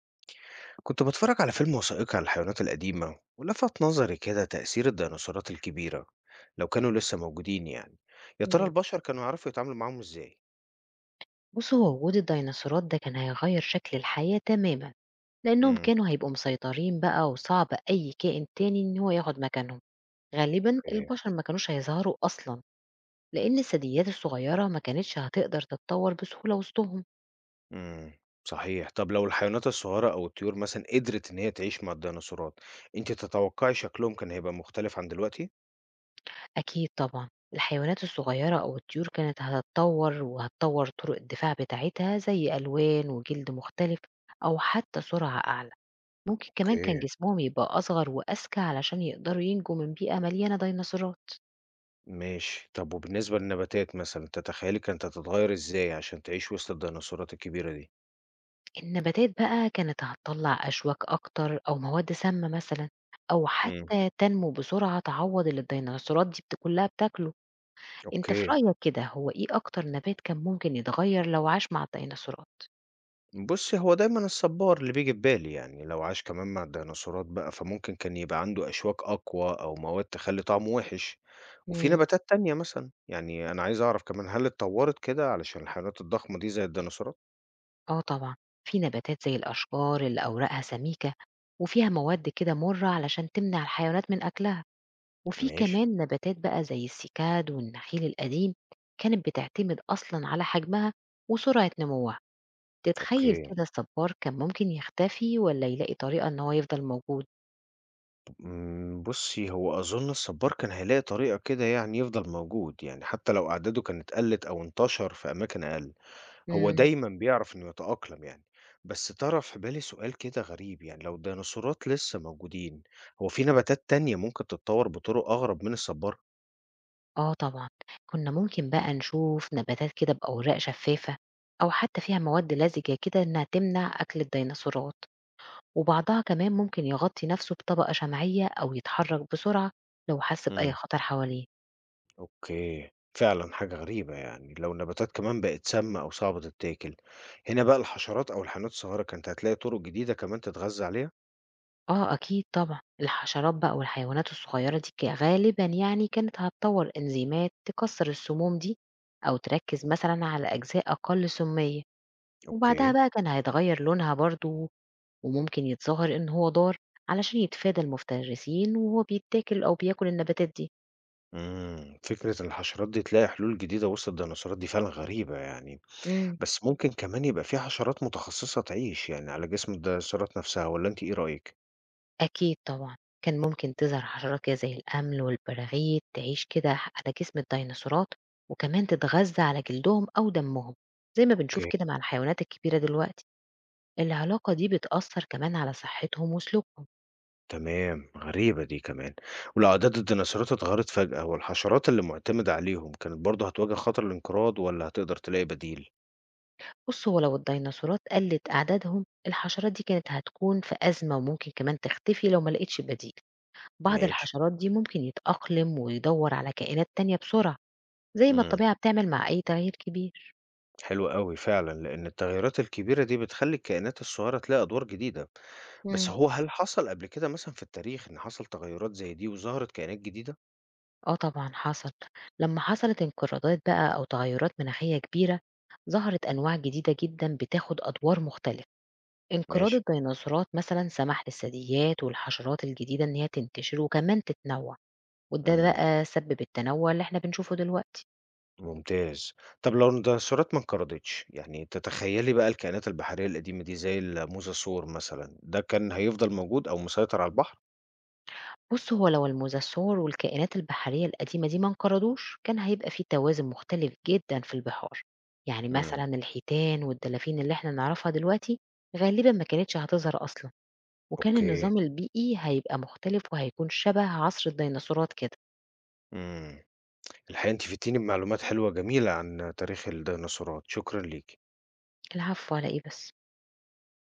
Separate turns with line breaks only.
كنت بتفرج على فيلم وثائقي عن الحيوانات القديمة ولفت نظري كده تأثير الديناصورات الكبيرة لو كانوا لسه موجودين يعني، يا ترى
إمم.
البشر كانوا يعرفوا يتعاملوا معاهم ازاي؟
بُص، هو وجود الديناصورات ده كان هيغيّر شكل الحياة تمامًا، لإنّهم
امم
كانوا هيبقوا مسيطرين بقى وصعب أي كائن تاني إن هو ياخُد مكانهم، غالبًا
اوكي
البشر ما كانوش هيظهروا أصلًا، لإن الثدييات الصغيّرة ما كانتش هتقدر تتطوّر بسهولة وسطهم.
امم صحيح، طب لو الحيوانات الصغيرة أو الطيور مثلا قدرت إن هي تعيش مع الديناصورات، أنت تتوقعي شكلهم كان هيبقى مختلف عن دلوقتي؟
أكيد طبعًا، الحيوانات الصغيّرة أو الطيور كانت هتتطوّر وهتطوّر طُرق الدفاع بتاعتها زي ألوان وجلد مختلف أو حتى سرعة أعلى. ممكن كمان كان
اوكي،
جسمهم يبقى أصغر وأذكى علشان يقدروا ينجوا من بيئة مليانة ديناصورات.
ماشي، طب وبالنسبة للنباتات مثلا تتخيلي كانت هتتغير ازاي عشان تعيش وسط الديناصورات الكبيرة دي؟
النباتات بقى كانت هتطلّع أشواك أكتر أو مواد سامة مثلًا، أو
امم
حتى تنمو بسرعة تعوّض اللي الديناصورات دي كلّها بتاكله، أنت في
اوكي،
رأيك كده هو إيه أكتر نبات كان ممكن يتغيّر لو عاش مع الديناصورات؟
بُصّي، هو دايمًا الصبّار اللي بييجي في بالي، يعني لو عاش كمان مع الديناصورات بقى، فممكن كان يبقى عنده أشواك أقوى أو مواد تخلّي طعمه وِحِش، وفي
إمم.
نباتات تانية مثلًا، يعني أنا عايز أعرف كمان هل اتطوّرت كده علشان الحيوانات الضخمة دي زي الديناصورات؟
آه طبعًا، في نباتات زي الأشجار اللي أوراقها سميكة وفيها مواد كده مُرّة علشان تمنع الحيوانات من أكلها، وفي
ماشي،
كمان نباتات بقى زي السيكاد والنخيل القديم كانت بتعتمد أصلًا على حجمها وسرعة نموها. تتخيّل
أوكي.
كده الصبّار كان ممكن يختفي والّا يلاقي طريقة إن هو يفضل موجود؟
إمم، بُصّي، هو أظُن الصبّار كان هيلاقي طريقة كده يعني يفضل موجود، يعني حتى لو أعداده كانت قَلِّت أو انتشر في أماكن أقل. هو
إمم.
دايمًا بيعرف إنه يتأقلم يعني، بس طرَى في بالي سؤال كده غريب، يعني لو الديناصورات لسه موجودين، هو في نباتات تانية ممكن تتطوّر بطُرق أغرب من الصبّارة؟
آه طبعًا، كُنّا ممكن بقى نشوف نباتات كده بأوراق شفّافة أو حتّى فيها مواد لزجة كده إنّها تمنع أكل الديناصورات، وبعضها كمان ممكن يغطي نَفْسه بطبقة شمعية أو يتحرّك بسرعة لو حَس بأي
امم.
خطر حواليه.
أوكي، فعلًا حاجة غريبة يعني، لو النباتات كمان بقت سامّة أو صعبة تتاكل، هنا بقى الحشرات أو الحيوانات الصغيرة كانت هتلاقي طُرق جديدة كمان تتغذى عليها؟
آه أكيد طبعًا، الحشرات بقى والحيوانات الصغيّرة دي غالبًا يعني كانت هتطوّر إنزيمات تكسّر السموم دي أو تركّز مثلًا على أجزاء أقل سُمّية. وبعدها
أوكي،
بقى كان هيتغيّر لونها برضه، وممكن يتظاهر إن هو دار علشان يتفادى المفترسين وهو بيتّاكل أو بياكل النباتات دي.
فكرة إن الحشرات دي تلاقي حلول جديدة وسط الديناصورات دي فعلًا غريبة يعني.
إمم.
بس ممكن كمان يبقى في حشرات متخصصة تعيش يعني على جسم الديناصورات نفسها والّا أنتِ إيه رأيك؟
أكيد طبعًا، كان ممكن تظهر حشرات كده زي الأمل والبراغيث تعيش كده على جسم الديناصورات، وكمان تتغذى على جلدهم أو دمهم، زي ما بنشوف
أوكي،
كده مع الحيوانات الكبيرة دلوقتي. العلاقة دي بتأثّر كمان على صحتهم وسلوكهم.
تمام، غريبة دي كمان، ولو أعداد الديناصورات اتغيرت فجأة والحشرات اللي مُعتمدة عليهم كانت برضه هتواجه خطر الانقراض والّا هتقدر تلاقي بديل؟
بُص، هو لو الديناصورات قلّت أعدادهم، الحشرات دي كانت هتكون في أزمة وممكن كمان تختفي لو ما لقيتش بديل. بعض
ماشي،
الحشرات دي ممكن يتأقلم ويدور على كائنات تانية بسرعة زي ما
إمم،
الطبيعة بتعمل مع أي تغيير كبير.
حلو أوي فعلًا، لإن التغيرات الكبيرة دي بتخلّي الكائنات الصغيرة تلاقي أدوار جديدة، بس
مم.
هو هل حصل قبل كده مثلًا في التاريخ إن حصل تغيرات زي دي وظهرت كائنات جديدة؟
آه طبعا حصل لما حصلت انقراضات بقى أو تغيرات مناخية كبيرة، ظهرت أنواع جديدة جدا بتاخد أدوار مختلفة. انقراض
ماشي،
الديناصورات مثلا سمح للثدييات والحشرات الجديدة إن هي تنتشر وكمان تتنوع، وده
إمم.
بقى سبب التنوع اللي احنا بنشوفه دلوقتي.
ممتاز. طب لو الديناصورات ما انقرضتش، يعني تتخيلي بقى الكائنات البحرية القديمة دي زي الموساسور مثلًا، ده كان هيفضل موجود أو مسيطر على البحر؟
بُص، هو لو الموساسور والكائنات البحرية القديمة دي ما انقرضوش، كان هيبقى في توازن مختلف جدًا في البحار، يعني
إمم،
مثلًا الحيتان والدلافين اللي إحنا نعرفها دلوقتي غالبًا ما كانتش هتظهر أصلًا، وكان
أوكي،
النظام البيئي هيبقى مختلف وهيكون شبه عصر الديناصورات كده.
إمم. الحقيقة أنتِ فدتيني بمعلومات حلوة جميلة عن تاريخ الديناصورات، شكرًا ليكِ.
العفو على إيه بس.